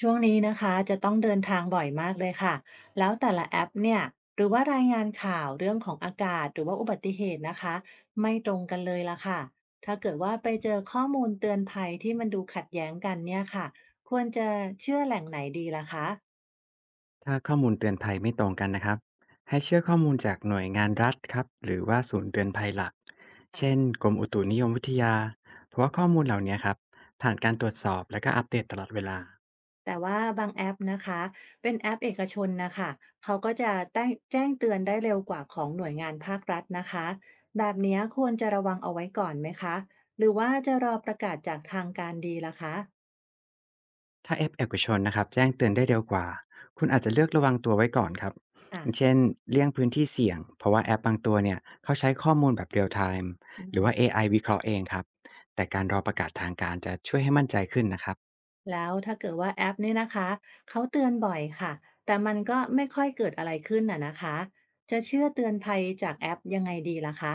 ช่วงนี้นะคะจะต้องเดินทางบ่อยมากเลยค่ะ แล้วแต่ละแอปเนี่ยหรือว่ารายงานข่าวเรื่องของอากาศหรือว่าอุบัติเหตุนะคะไม่ตรงกันเลยละค่ะถ้าเกิดว่าไปเจอข้อมูลเตือนภัยที่มันดูขัดแย้งกันเนี่ยค่ะควรจะเชื่อแหล่งไหนดีล่ะคะ ถ้าข้อมูลเตือนภัยไม่ตรงกันนะครับให้เชื่อข้อมูลจากหน่วยงานรัฐครับหรือว่าศูนย์เตือนภัยหลักเช่นกรมอุตุนิยมวิทยาเพราะว่าข้อมูลเหล่านี้ครับผ่านการตรวจสอบและก็อัปเดตตลอดเวลาแต่ว่าบางแอปนะคะเป็นแอปเอกชนนะคะเขาก็จะแจ้งเตือนได้เร็วกว่าของหน่วยงานภาครัฐนะคะแบบเนี้ยควรจะระวังเอาไว้ก่อนไหมคะหรือว่าจะรอประกาศจากทางการดีล่ะคะ ถ้าแอปเอกชนนะครับแจ้งเตือนได้เร็วกว่าคุณอาจจะเลือกระวังตัวไว้ก่อนครับค่ะอย่างเช่นเลี่ยงพื้นที่เสี่ยงเพราะว่าแอปบางตัวเนี่ยเขาใช้ข้อมูลแบบเรียลไทม์อืหรือมว่าเอไอวิเคราะห์เองครับแต่การรอประกาศทางการจะช่วยให้มั่นใจขึ้นนะครับ แล้วถ้าเกิดว่าแอปเนี่ยนะคะเขาเตือนบ่อยค่ะแต่มันก็ไม่ค่อยเกิดอะไรขึ้นน่ะนะคะจะเชื่อเตือนภัยจากแอปยังไงดีล่ะคะ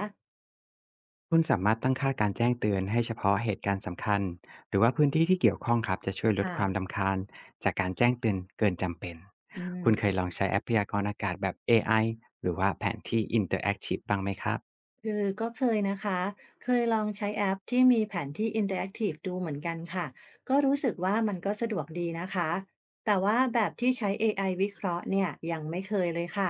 คุณสามารถตั้งค่าการแจ้งเตือนให้เฉพาะเหตุการณ์สำคัญหรือว่าพื้นที่ที่เกี่ยวข้องครับจะช่วยลดค่ะความรำคาญจากการแจ้งเตือนเกินจำเป็น อืคุณเคยม ลองใช้แอปพยากรณ์อากาศแบบ AI หรือว่าแผนที่ Interactive บ้างไหมครับคือก็เคยนะคะ เคยลองใช้แอปที่มีแผนที่อินเตอร์แอคทีฟดูเหมือนกันค่ะ ก็รู้สึกว่ามันก็สะดวกดีนะคะ แต่ว่าแบบที่ใช้ AI วิเคราะห์เนี่ยยังไม่เคยเลยค่ะ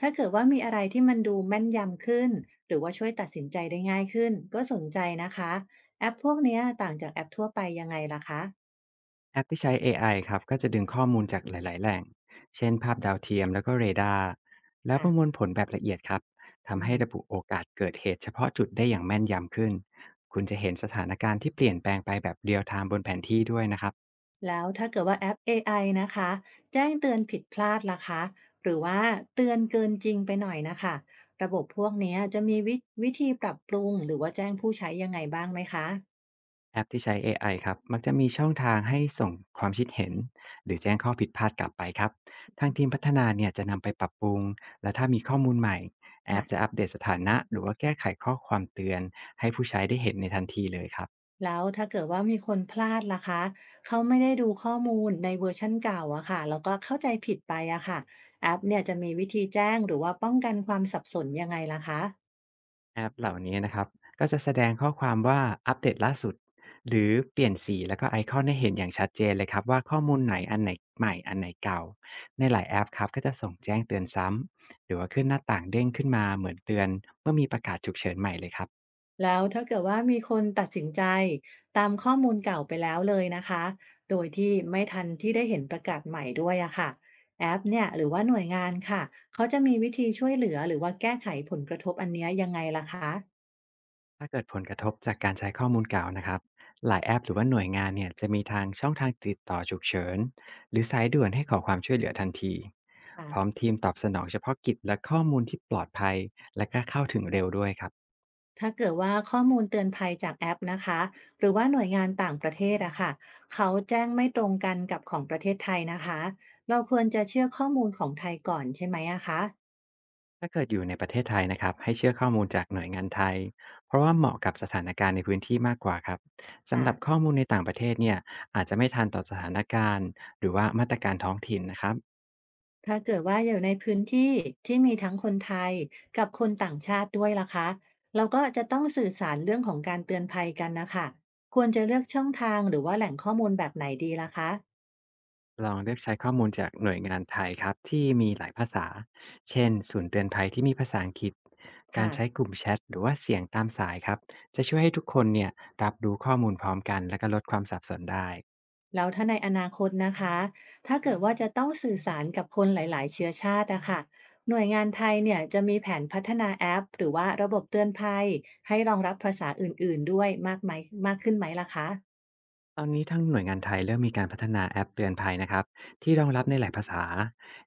ถ้าเกิดว่ามีอะไรที่มันดูแม่นยำขึ้น หรือว่าช่วยตัดสินใจได้ง่ายขึ้นก็สนใจนะคะ แอปพวกเนี้ยต่างจากแอปทั่วไปยังไงล่ะคะแอปที่ใช้ AI ครับก็จะดึงข้อมูลจากหลายๆแหล่ง เช่นภาพดาวเทียมแล้วก็เรดาร์แล้วอ่ะประมวลผลแบบละเอียดครับอืทำให้ม ระบุโอกาสเกิดเหตุเฉพาะจุดได้อย่างแม่นยำขึ้นคุณจะเห็นสถานการณ์ที่เปลี่ยนแปลงไปแบบเรียลไทม์บนแผนที่ด้วยนะครับ แล้วถ้าเกิดว่าแอปเอไอนะคะแจ้งเตือนผิดพลาดล่ะคะหรือว่าเตือนเกินจริงไปหน่อยนะคะระบบพวกเนี้ยจะมีวิธีปรับปรุงหรือว่าแจ้งผู้ใช้ยังไงบ้างไหมคะแอปที่ใช้เอไอครับมักจะมีช่องทางให้ส่งความคิดเห็นหรือแจ้งข้อผิดพลาดกลับไปครับทางทีมพัฒนาเนี่ยจะนำไปปรับปรุง และถ้ามีข้อมูลใหม่แอค่ะปจะอัปเดตสถานะหรือว่าแก้ไขข้อความเตือนให้ผู้ใช้ได้เห็นในทันทีเลยครับ แล้วถ้าเกิดว่ามีคนพลาดล่ะคะเขาไม่ได้ดูข้อมูลในเวอร์ชันเก่าอะค่ะแล้วก็เข้าใจผิดไปอะค่ะแอปเนี่ยจะมีวิธีแจ้งหรือว่าป้องกันความสับสนยังไงล่ะคะ แอปเหล่านี้นะครับก็จะแสดงข้อความว่าอัปเดตล่าสุดหรือเปลี่ยนสีแล้วก็ไอคอนให้เห็นอย่างชัดเจนเลยครับว่าข้อมูลไหนอันไหนใหม่อันไหนเก่าในหลายแอปครับก็จะส่งแจ้งเตือนซ้ำหรือว่าขึ้นหน้าต่างเด้งขึ้นมาเหมือนเตือนเมื่อมีประกาศฉุกเฉินใหม่เลยครับแล้วถ้าเกิดว่ามีคนตัดสินใจตามข้อมูลเก่าไปแล้วเลยนะคะ โดยที่ไม่ทันที่ได้เห็นประกาศใหม่ด้วยอะค่ะแอปเนี่ยหรือว่าหน่วยงานค่ะเขาจะมีวิธีช่วยเหลือหรือว่าแก้ไขผลกระทบอันเนี้ยยังไงล่ะคะถ้าเกิดผลกระทบจากการใช้ข้อมูลเก่านะครับหลายแอปหรือว่าหน่วยงานเนี่ยจะมีทางช่องทางติดต่อฉุกเฉินหรือสายด่วนให้ขอความช่วยเหลือทันทีพร้อมค่ะทีมตอบสนองเฉพาะกิจและข้อมูลที่ปลอดภัยและก็เข้าถึงเร็วด้วยครับ ถ้าเกิดว่าข้อมูลเตือนภัยจากแอปนะคะหรือว่าหน่วยงานต่างประเทศอะค่ะเขาแจ้งไม่ตรงกันกับของประเทศไทยนะคะเราควรจะเชื่อข้อมูลของไทยก่อนใช่ไหมอะคถ้าเกิดอยู่ในประเทศไทยนะครับให้เชื่อข้อมูลจากหน่วยงานไทยเพราะว่าเหมาะกับสถานการณ์ในพื้นที่มากกว่าครับสำหรับะ ข้อมูลในต่างประเทศเนี่ยอาจจะไม่ทันต่อสถานการณ์หรือว่ามาตรการท้องถิ่นนะครับถ้าเกิดว่าอยู่ในพื้นที่ที่มีทั้งคนไทยกับคนต่างชาติด้วยล่ะคะเราก็จะต้องสื่อสารเรื่องของการเตือนภัยกันนะคะควรจะเลือกช่องทางหรือว่าแหล่งข้อมูลแบบไหนดีล่ะคะลองเลือกใช้ข้อมูลจากหน่วยงานไทยครับที่มีหลายภาษาเช่นศูนย์เตือนภัยที่มีภาษาอังกฤษการใช้ค่ะกลุ่มแชทหรือว่าเสียงตามสายครับจะช่วยให้ทุกคนเนี่ยรับรู้ข้อมูลพร้อมกันและก็ลดความสับสนได้ แล้วถ้าในอนาคตนะคะถ้าเกิดว่าจะต้องสื่อสารกับคนหลาย ๆเชื้อชาติอะค่ะหน่วยงานไทยเนี่ยจะมีแผนพัฒนาแอปหรือว่าระบบเตือนภัยให้รองรับภาษาอื่นๆด้วยมากไหมมากขึ้นไหมล่ะคะตอนนี้ทั้งหน่วยงานไทยเริ่มมีการพัฒนาแอปเตือนภัยนะครับที่รองรับในหลายภาษา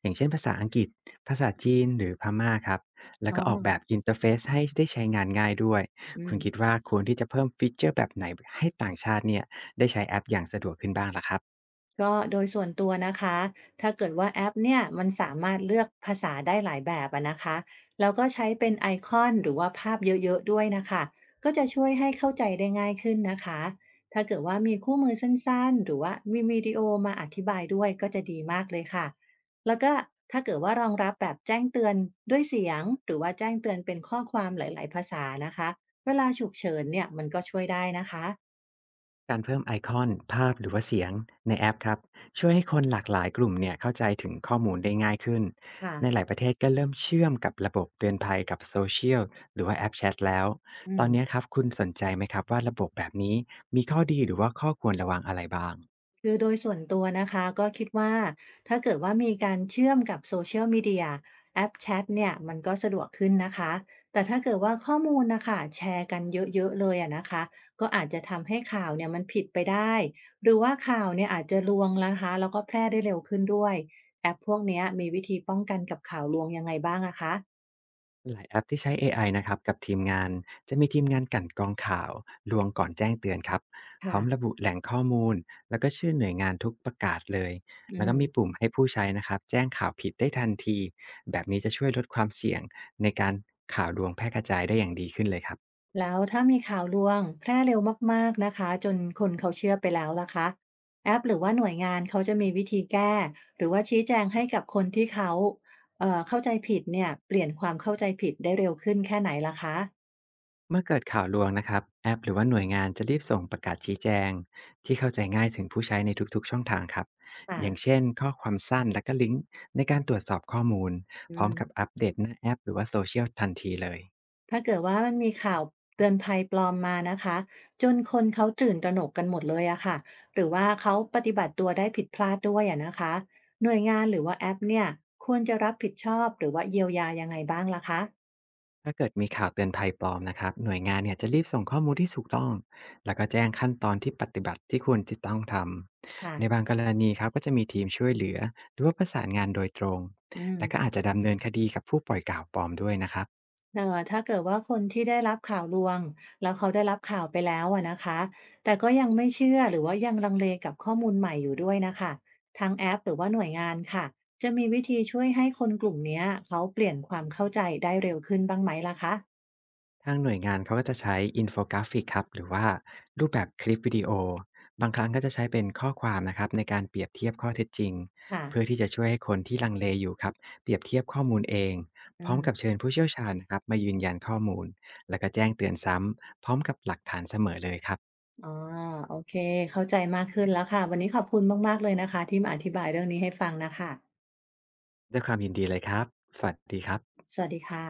อย่างเช่นภาษาอังกฤษภาษาจีนหรือพม่าครับแล้วอ๋อก็ออกแบบอินเทอร์เฟซให้ได้ใช้งานง่ายด้วยอืคุม ณคิดว่าควรที่จะเพิ่มฟีเจอร์แบบไหนให้ต่างชาติเนี่ยได้ใช้แอปอย่างสะดวกขึ้นบ้างล่ะครับ ก็โดยส่วนตัวนะคะถ้าเกิดว่าแอปเนี่ยมันสามารถเลือกภาษาได้หลายแบบอะนะคะแล้วก็ใช้เป็นไอคอนหรือว่าภาพเยอะๆด้วยนะคะก็จะช่วยให้เข้าใจได้ง่ายขึ้นนะคะ ถ้าเกิดว่ามีคู่มือสั้นๆหรือว่ามีวิดีโอมาอธิบายด้วยก็จะดีมากเลยค่ะ แล้วก็ถ้าเกิดว่ารองรับแบบแจ้งเตือนด้วยเสียงหรือว่าแจ้งเตือนเป็นข้อความหลายๆภาษานะคะเวลาฉุกเฉินเนี่ยมันก็ช่วยได้นะคะการเพิ่มไอคอนภาพหรือว่าเสียงในแอปครับช่วยให้คนหลากหลายกลุ่มเนี่ยเข้าใจถึงข้อมูลได้ง่ายขึ้นค่ะในหลายประเทศก็เริ่มเชื่อมกับระบบเตือนภัยกับโซเชียลหรือว่าแอปแชทแล้วอืตม อนนี้ครับคุณสนใจไหมครับว่าระบบแบบนี้มีข้อดีหรือว่าข้อควรระวังอะไรบ้าง คือโดยส่วนตัวนะคะก็คิดว่าถ้าเกิดว่ามีการเชื่อมกับ Social Media แอปแชทเนี่ยมันก็สะดวกขึ้นนะคะแต่ถ้าเกิดว่าข้อมูลนะคะแชร์กันเยอะๆเลยอะนะคะก็อาจจะทำให้ข่าวเนี่ยมันผิดไปได้หรือว่าข่าวเนี่ยอาจจะลวงนะคะแล้วก็แพร่ได้เร็วขึ้นด้วยแอปพวกเนี้ยมีวิธีป้องกันกับข่าวลวงยังไงบ้างอะคะหลายแอปที่ใช้เอไอนะครับกับทีมงานจะมีทีมงานกลั่นกรองข่าวลวงก่อนแจ้งเตือนครับพค่ะร้อมระบุแหล่งข้อมูล แล้วก็ชื่อหน่วยงานทุกประกาศเลย อืแล้วก็มีม ปุ่มให้ผู้ใช้นะครับแจ้งข่าวผิดได้ทันที แบบนี้จะช่วยลดความเสี่ยงในการข่าวลวงแพร่กระจายได้อย่างดีขึ้นเลยครับ แล้วถ้ามีข่าวลวงแพร่เร็วมากๆนะคะจนคนเขาเชื่อไปแล้วล่ะคะแอปหรือว่าหน่วยงานเขาจะมีวิธีแก้หรือว่าชี้แจงให้กับคนที่เขาเข้าใจผิดเนี่ยเปลี่ยนความเข้าใจผิดได้เร็วขึ้นแค่ไหนล่ะคะเมื่อเกิดข่าวลวงนะครับแอปหรือว่าหน่วยงานจะรีบส่งประกาศชี้แจงที่เข้าใจง่ายถึงผู้ใช้ในทุกๆช่องทางครับค่ะอย่างเช่นข้อความสั้นและก็ลิงก์ในการตรวจสอบข้อมูลอืพร้อมมกับอัปเดตหน้าแอปหรือว่าโซเชียลทันทีเลยถ้าเกิดว่ามันมีข่าวเตือนภัยปลอมมานะคะจนคนเขาตื่นตระหนกกันหมดเลยอะค่ะหรือว่าเขาปฏิบัติตัวได้ผิดพลาดด้วยอะนะคะหน่วยงานหรือว่าแอปเนี่ยควรจะรับผิดชอบหรือว่าเยียวยายังไงบ้างล่ะคะถ้าเกิดมีข่าวเตือนภัยปลอมนะครับหน่วยงานเนี่ยจะรีบส่งข้อมูลที่ถูกต้องแล้วก็แจ้งขั้นตอนที่ปฏิบัติที่ควรจะต้องทค่ะ ำในบางกรณีครับก็จะมีทีมช่วยเหลือหรือว่าประสานงานโดยตรงอืและก็อามจจะดำเนินคดีกับผู้ปล่อยข่าวปลอมด้วยนะครับ ถ้าเกิดว่าคนที่ได้รับข่าวลวงแล้วเขาได้รับข่าวไปแล้วอะนะคะแต่ก็ยังไม่เชื่อหรือว่ายังลังเลกับข้อมูลใหม่อยู่ด้วยนะคะทางแอปหรือว่าหน่วยงานค่ะจะมีวิธีช่วยให้คนกลุ่มเนี้ยเขาเปลี่ยนความเข้าใจได้เร็วขึ้นบ้างไหมล่ะคะทางหน่วยงานเขาก็จะใช้อินโฟกราฟิกครับหรือว่ารูปแบบคลิปวิดีโอบางครั้งก็จะใช้เป็นข้อความนะครับในการเปรียบเทียบข้อเท็จจริงค่ะเพื่อที่จะช่วยให้คนที่ลังเลอยู่ครับเปรียบเทียบข้อมูลเองอืพร้อมมกับเชิญผู้เชี่ยวชาญนะครับมายืนยันข้อมูลแล้วก็แจ้งเตือนซ้ำพร้อมกับหลักฐานเสมอเลยครับอ๋อโอเคเข้าใจมากขึ้นแล้วค่ะวันนี้ขอบคุณมากๆเลยนะคะที่มาอธิบายเรื่องนี้ให้ฟังนะคะด้วยความยินดีเลยครับสวัสดีครับสวัสดีค่ะ